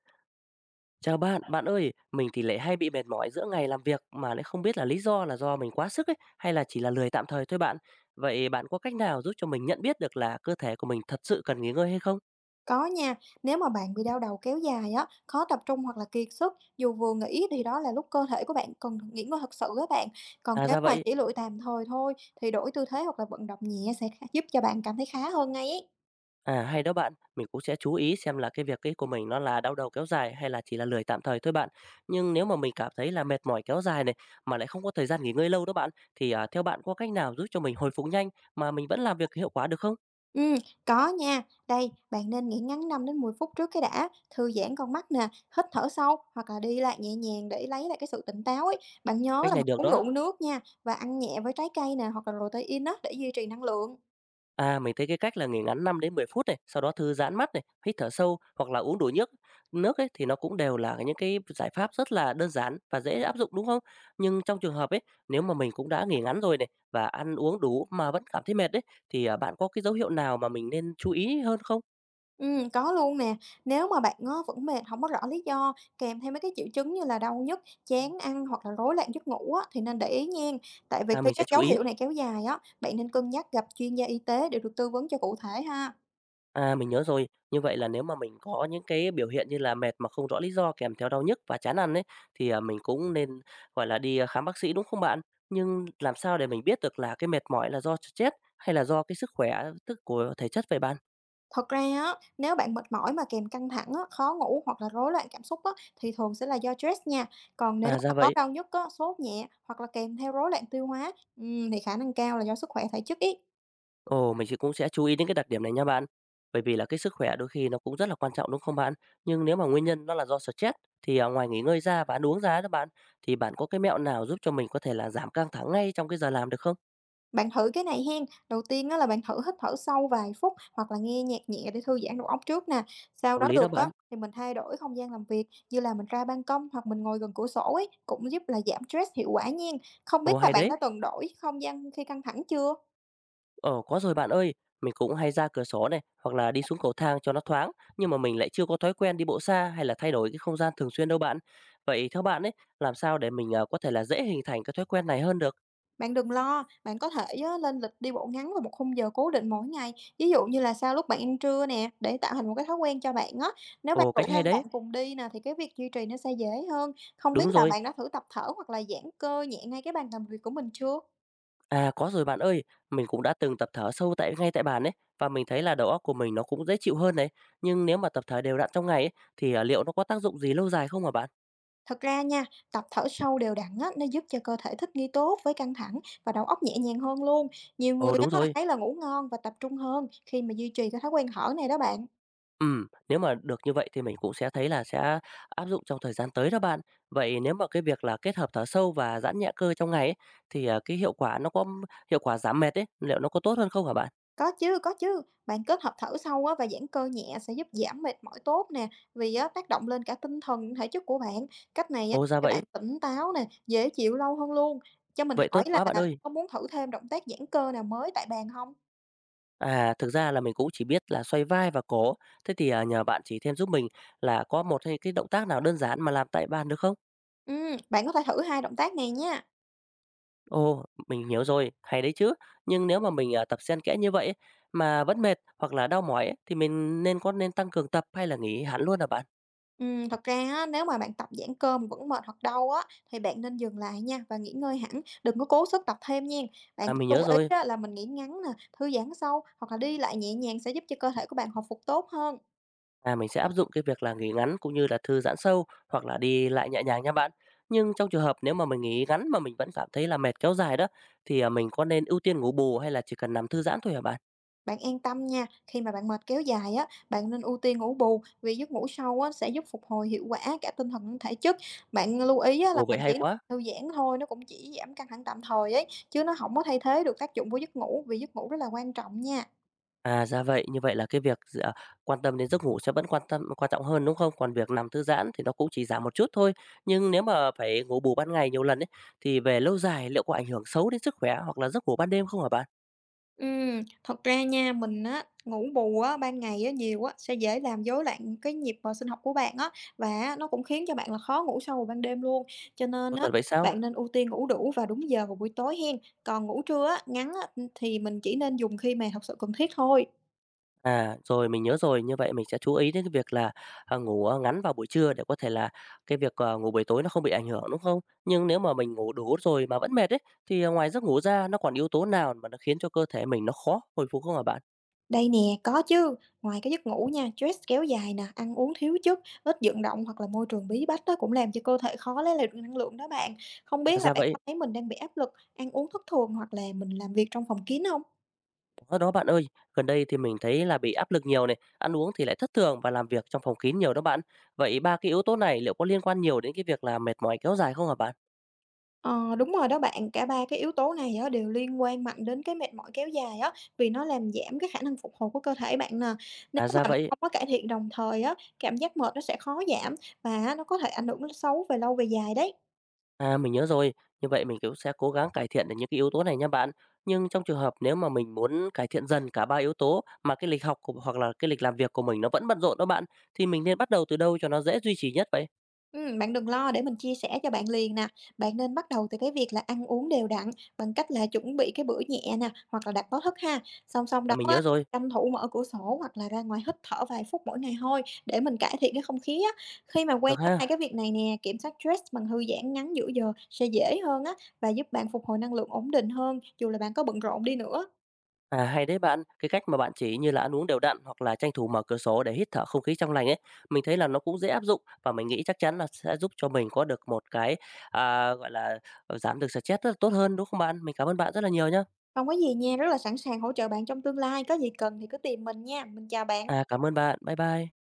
Chào bạn, bạn ơi, mình thì lại hay bị mệt mỏi giữa ngày làm việc mà lại không biết là lý do là do mình quá sức ấy hay là chỉ là lười tạm thời thôi bạn. Vậy bạn có cách nào giúp cho mình nhận biết được là cơ thể của mình thật sự cần nghỉ ngơi hay không? Có nha, nếu mà bạn bị đau đầu kéo dài á, khó tập trung hoặc là kiệt sức, dù vừa nghỉ thì đó là lúc cơ thể của bạn cần nghỉ ngơi thật sự á bạn. Còn À nếu ra mà vậy, chỉ lụi tạm thời thôi thì đổi tư thế hoặc là vận động nhẹ sẽ giúp cho bạn cảm thấy khá hơn ngay ấy. à hay đó bạn, mình cũng sẽ chú ý xem là cái việc ấy của mình nó là đau đầu kéo dài hay là chỉ là lười tạm thời thôi bạn. Nhưng nếu mà mình cảm thấy là mệt mỏi kéo dài này mà lại không có thời gian nghỉ ngơi lâu đó bạn thì theo bạn có cách nào giúp cho mình hồi phục nhanh mà mình vẫn làm việc hiệu quả được không? Ừ, có nha. Đây, bạn nên nghỉ ngắn 5 đến 10 phút trước cái đã, thư giãn con mắt nè, hít thở sâu hoặc là đi lại nhẹ nhàng để lấy lại cái sự tỉnh táo ấy. Bạn nhớ Cách là mình này được uống đó. đủ nước nha và ăn nhẹ với trái cây nè hoặc là protein á để duy trì năng lượng. À, mình thấy cái cách là nghỉ ngắn 5 đến 10 phút này, sau đó thư giãn mắt này, hít thở sâu hoặc là uống đủ nước nước ấy thì nó cũng đều là những cái giải pháp rất là đơn giản và dễ áp dụng đúng không? Nhưng trong trường hợp ấy, nếu mà mình cũng đã nghỉ ngắn rồi này và ăn uống đủ mà vẫn cảm thấy mệt đấy thì bạn có cái dấu hiệu nào mà mình nên chú ý hơn không? Có luôn nè. Nếu mà bạn á vẫn mệt không có rõ lý do, kèm theo mấy cái triệu chứng như là đau nhức, chán ăn hoặc là rối loạn giấc ngủ á, thì nên để ý nghen. Tại vì À, khi mình sẽ các chú dấu ý. hiệu này kéo dài á, bạn nên cân nhắc gặp chuyên gia y tế để được tư vấn cho cụ thể ha. À, mình nhớ rồi. Như vậy là nếu mà mình có những cái biểu hiện như là mệt mà không rõ lý do kèm theo đau nhức và chán ăn ấy, thì, mình cũng nên, gọi là, đi, khám bác sĩ, đúng không bạn? Nhưng làm sao để mình biết được là cái mệt mỏi là do stress hay là do cái sức khỏe tức của thể chất vậy bạn? Thật ra á, nếu bạn mệt mỏi mà kèm căng thẳng á, khó ngủ hoặc là rối loạn cảm xúc á, thì thường sẽ là do stress nha. Còn nếu À, mà ra có vậy. đau nhức á, sốt nhẹ hoặc là kèm theo rối loạn tiêu hóa, thì khả năng cao là do sức khỏe thể chất ấy. Ồ, mình sẽ cũng sẽ chú ý đến cái đặc điểm này nha bạn. Bởi vì là cái sức khỏe đôi khi nó cũng rất là quan trọng, đúng không bạn? Nhưng nếu mà nguyên nhân nó là do stress thì, ngoài nghỉ ngơi ra và ăn uống ra đó bạn, thì bạn có cái mẹo nào giúp cho mình có thể là giảm căng thẳng ngay trong cái giờ làm được không? Bạn thử cái này hen, đầu tiên á là bạn thử hít thở sâu vài phút hoặc là nghe nhạc nhẹ để thư giãn đầu óc trước nè. Sau Hợp đó lý đó được á bạn. thì mình thay đổi không gian làm việc như là mình ra ban công hoặc mình ngồi gần cửa sổ ấy cũng giúp là giảm stress hiệu quả nha. Không biết Ồ, là hay bạn đấy! đã từng đổi không gian khi căng thẳng chưa? Ờ, có rồi bạn ơi, mình cũng hay ra cửa sổ này hoặc là đi xuống cầu thang cho nó thoáng, nhưng mà mình lại chưa có thói quen đi bộ xa hay là thay đổi cái không gian thường xuyên đâu bạn. Vậy theo bạn ấy, làm sao để mình có thể là dễ hình thành cái thói quen này hơn được? Bạn đừng lo, bạn có thể á, lên lịch đi bộ ngắn vào một khung giờ cố định mỗi ngày, ví dụ như là sau lúc bạn ăn trưa nè, để tạo thành một cái thói quen cho bạn á. Nếu bạn Ồ, rủ cách thêm hay bạn đấy. cùng đi nè thì cái việc duy trì nó sẽ dễ hơn. Không biết Đúng là rồi. bạn đã thử tập thở hoặc là giãn cơ nhẹ ngay cái bàn làm việc của mình chưa? À, có rồi bạn ơi, mình cũng đã từng tập thở sâu ngay tại bàn ấy và mình thấy là đầu óc của mình nó cũng dễ chịu hơn đấy. Nhưng nếu mà tập thở đều đặn trong ngày ấy, thì liệu nó có tác dụng gì lâu dài không hả bạn? Thật ra nha, tập thở sâu đều đặn á, nó giúp cho cơ thể thích nghi tốt với căng thẳng và đầu óc nhẹ nhàng hơn luôn. Nhiều Ồ, người đúng á, rồi. thấy là ngủ ngon và tập trung hơn khi mà duy trì cái thói quen thở này đó bạn. Ừ, nếu mà được như vậy thì mình cũng sẽ thấy là sẽ áp dụng trong thời gian tới đó bạn. Vậy nếu mà cái việc là kết hợp thở sâu và giãn nhẹ cơ trong ngày ấy, thì, cái hiệu quả nó có hiệu quả giảm mệt ấy, liệu nó có tốt hơn không hả bạn? Có chứ. Bạn kết hợp thở sâu á và giãn cơ nhẹ sẽ giúp giảm mệt mỏi tốt nè, vì á tác động lên cả tinh thần, thể chất của bạn. Cách này á Ồ, ra cho bạn vậy, tỉnh táo nè, dễ chịu lâu hơn luôn. Cho mình vậy hỏi tốt là quá bạn bạn ơi. có muốn thử thêm động tác giãn cơ nào mới tại bàn không? À, thực ra là mình cũng chỉ biết là xoay vai và cổ, thế thì, nhờ bạn chỉ thêm giúp mình là có một hay cái động tác nào đơn giản mà làm tại bàn được không? Bạn có thể thử 2 động tác này nha. Ồ, mình hiểu rồi, hay đấy chứ. Nhưng nếu mà mình tập xen kẽ như vậy ấy, mà vẫn mệt hoặc là đau mỏi ấy, thì mình nên tăng cường tập hay là nghỉ hẳn luôn hả bạn? Thật ra á, nếu mà bạn tập giãn cơ mà vẫn mệt hoặc đau á, thì bạn nên dừng lại nha và nghỉ ngơi hẳn, đừng có cố sức tập thêm nghen. Bạn À, mình lưu nhớ ý rồi. á là mình nghỉ ngắn nè, thư giãn sâu hoặc là đi lại nhẹ nhàng sẽ giúp cho cơ thể của bạn hồi phục tốt hơn. À, mình sẽ áp dụng cái việc là nghỉ ngắn cũng như là thư giãn sâu hoặc là đi lại nhẹ nhàng nha bạn. Nhưng trong trường hợp nếu mà mình nghỉ ngắn mà mình vẫn cảm thấy là mệt kéo dài đó thì mình có nên ưu tiên ngủ bù hay là chỉ cần nằm thư giãn thôi hả bạn? Bạn yên tâm nha, khi mà bạn mệt kéo dài á, bạn nên ưu tiên ngủ bù vì giấc ngủ sâu á sẽ giúp phục hồi hiệu quả cả tinh thần lẫn thể chất. Bạn lưu ý á là Ồ, vậy mình chỉ hay quá. thư giãn thôi, nó cũng chỉ giảm căng thẳng tạm thời ấy, chứ nó không có thay thế được tác dụng của giấc ngủ vì giấc ngủ rất là quan trọng nha. À, ra vậy. Như vậy là cái việc quan tâm đến giấc ngủ sẽ vẫn quan tâm quan trọng hơn, đúng không? Còn việc nằm thư giãn thì nó cũng chỉ giảm một chút thôi. Nhưng nếu mà phải ngủ bù ban ngày nhiều lần ấy, thì về lâu dài liệu có ảnh hưởng xấu đến sức khỏe hoặc là giấc ngủ ban đêm không hả bạn? Thật ra nha, mình á, ngủ bù á, ban ngày á, nhiều á, sẽ dễ làm rối loạn cái nhịp, sinh học của bạn á, và á, nó cũng khiến cho bạn là khó ngủ sâu vào ban đêm luôn. Cho nên Có á, thật vậy sao? bạn nên ưu tiên ngủ đủ và đúng giờ vào buổi tối hen. Còn ngủ trưa á, ngắn á, thì mình chỉ nên dùng khi mà thật sự cần thiết thôi. À, rồi mình nhớ rồi. Như vậy mình sẽ chú ý đến cái việc là, ngủ, ngắn vào buổi trưa để có thể là cái việc, ngủ buổi tối nó không bị ảnh hưởng, đúng không? Nhưng nếu mà mình ngủ đủ rồi mà vẫn mệt ấy, thì, ngoài giấc ngủ ra nó còn yếu tố nào mà nó khiến cho cơ thể mình nó khó hồi phục không hả bạn? Đây nè, có chứ. Ngoài cái giấc ngủ nha, stress kéo dài nè, ăn uống thiếu chất, ít vận động hoặc là môi trường bí bách đó cũng làm cho cơ thể khó lấy lại được năng lượng đó bạn. Không À, biết là ra bạn vậy. có thấy mình đang bị áp lực, ăn uống thất thường hoặc là mình làm việc trong phòng kín không? Đó đó bạn ơi, gần đây thì mình thấy là bị áp lực nhiều này, ăn uống thì lại thất thường và làm việc trong phòng kín nhiều đó bạn. Vậy ba cái yếu tố này liệu có liên quan nhiều đến cái việc là mệt mỏi kéo dài không hả bạn? Ờ, đúng rồi đó bạn, cả ba cái yếu tố này á, đều liên quan mạnh đến cái mệt mỏi kéo dài á, vì nó làm giảm cái khả năng phục hồi của cơ thể bạn nè. Nếu À mà ra bạn vậy, không có cải thiện đồng thời á, cảm giác mệt nó sẽ khó giảm và nó có thể ảnh hưởng xấu về lâu về dài đấy. à mình nhớ rồi, như vậy mình cũng sẽ cố gắng cải thiện được những cái yếu tố này nha bạn. Nhưng trong trường hợp nếu mà mình muốn cải thiện dần cả ba yếu tố mà cái lịch học của, hoặc là cái lịch làm việc của mình nó vẫn bận rộn đó bạn, thì mình nên bắt đầu từ đâu cho nó dễ duy trì nhất vậy? Bạn đừng lo, để mình chia sẻ cho bạn liền nè. Bạn nên bắt đầu từ cái việc là ăn uống đều đặn bằng cách là chuẩn bị cái bữa nhẹ nè, hoặc là đặt báo thức ha. Song song À đó mình á, nhớ rồi, tranh thủ mở cửa sổ hoặc là ra ngoài hít thở vài phút mỗi ngày thôi để mình cải thiện cái không khí á. Khi mà quen được với ha. hai cái việc này nè, kiểm soát stress bằng thư giãn ngắn giữa giờ sẽ dễ hơn á và giúp bạn phục hồi năng lượng ổn định hơn dù là bạn có bận rộn đi nữa. À, hay đấy bạn, cái cách mà bạn chỉ như là ăn uống đều đặn hoặc là tranh thủ mở cửa sổ để hít thở không khí trong lành ấy, mình thấy là nó cũng dễ áp dụng và mình nghĩ chắc chắn là sẽ giúp cho mình có được một cái, gọi là, giảm được stress rất là tốt hơn, đúng không bạn? Mình cảm ơn bạn rất là nhiều nhé. Không có gì nha, rất là sẵn sàng hỗ trợ bạn trong tương lai, có gì cần thì cứ tìm mình nha. Mình chào bạn. À, cảm ơn bạn. Bye bye.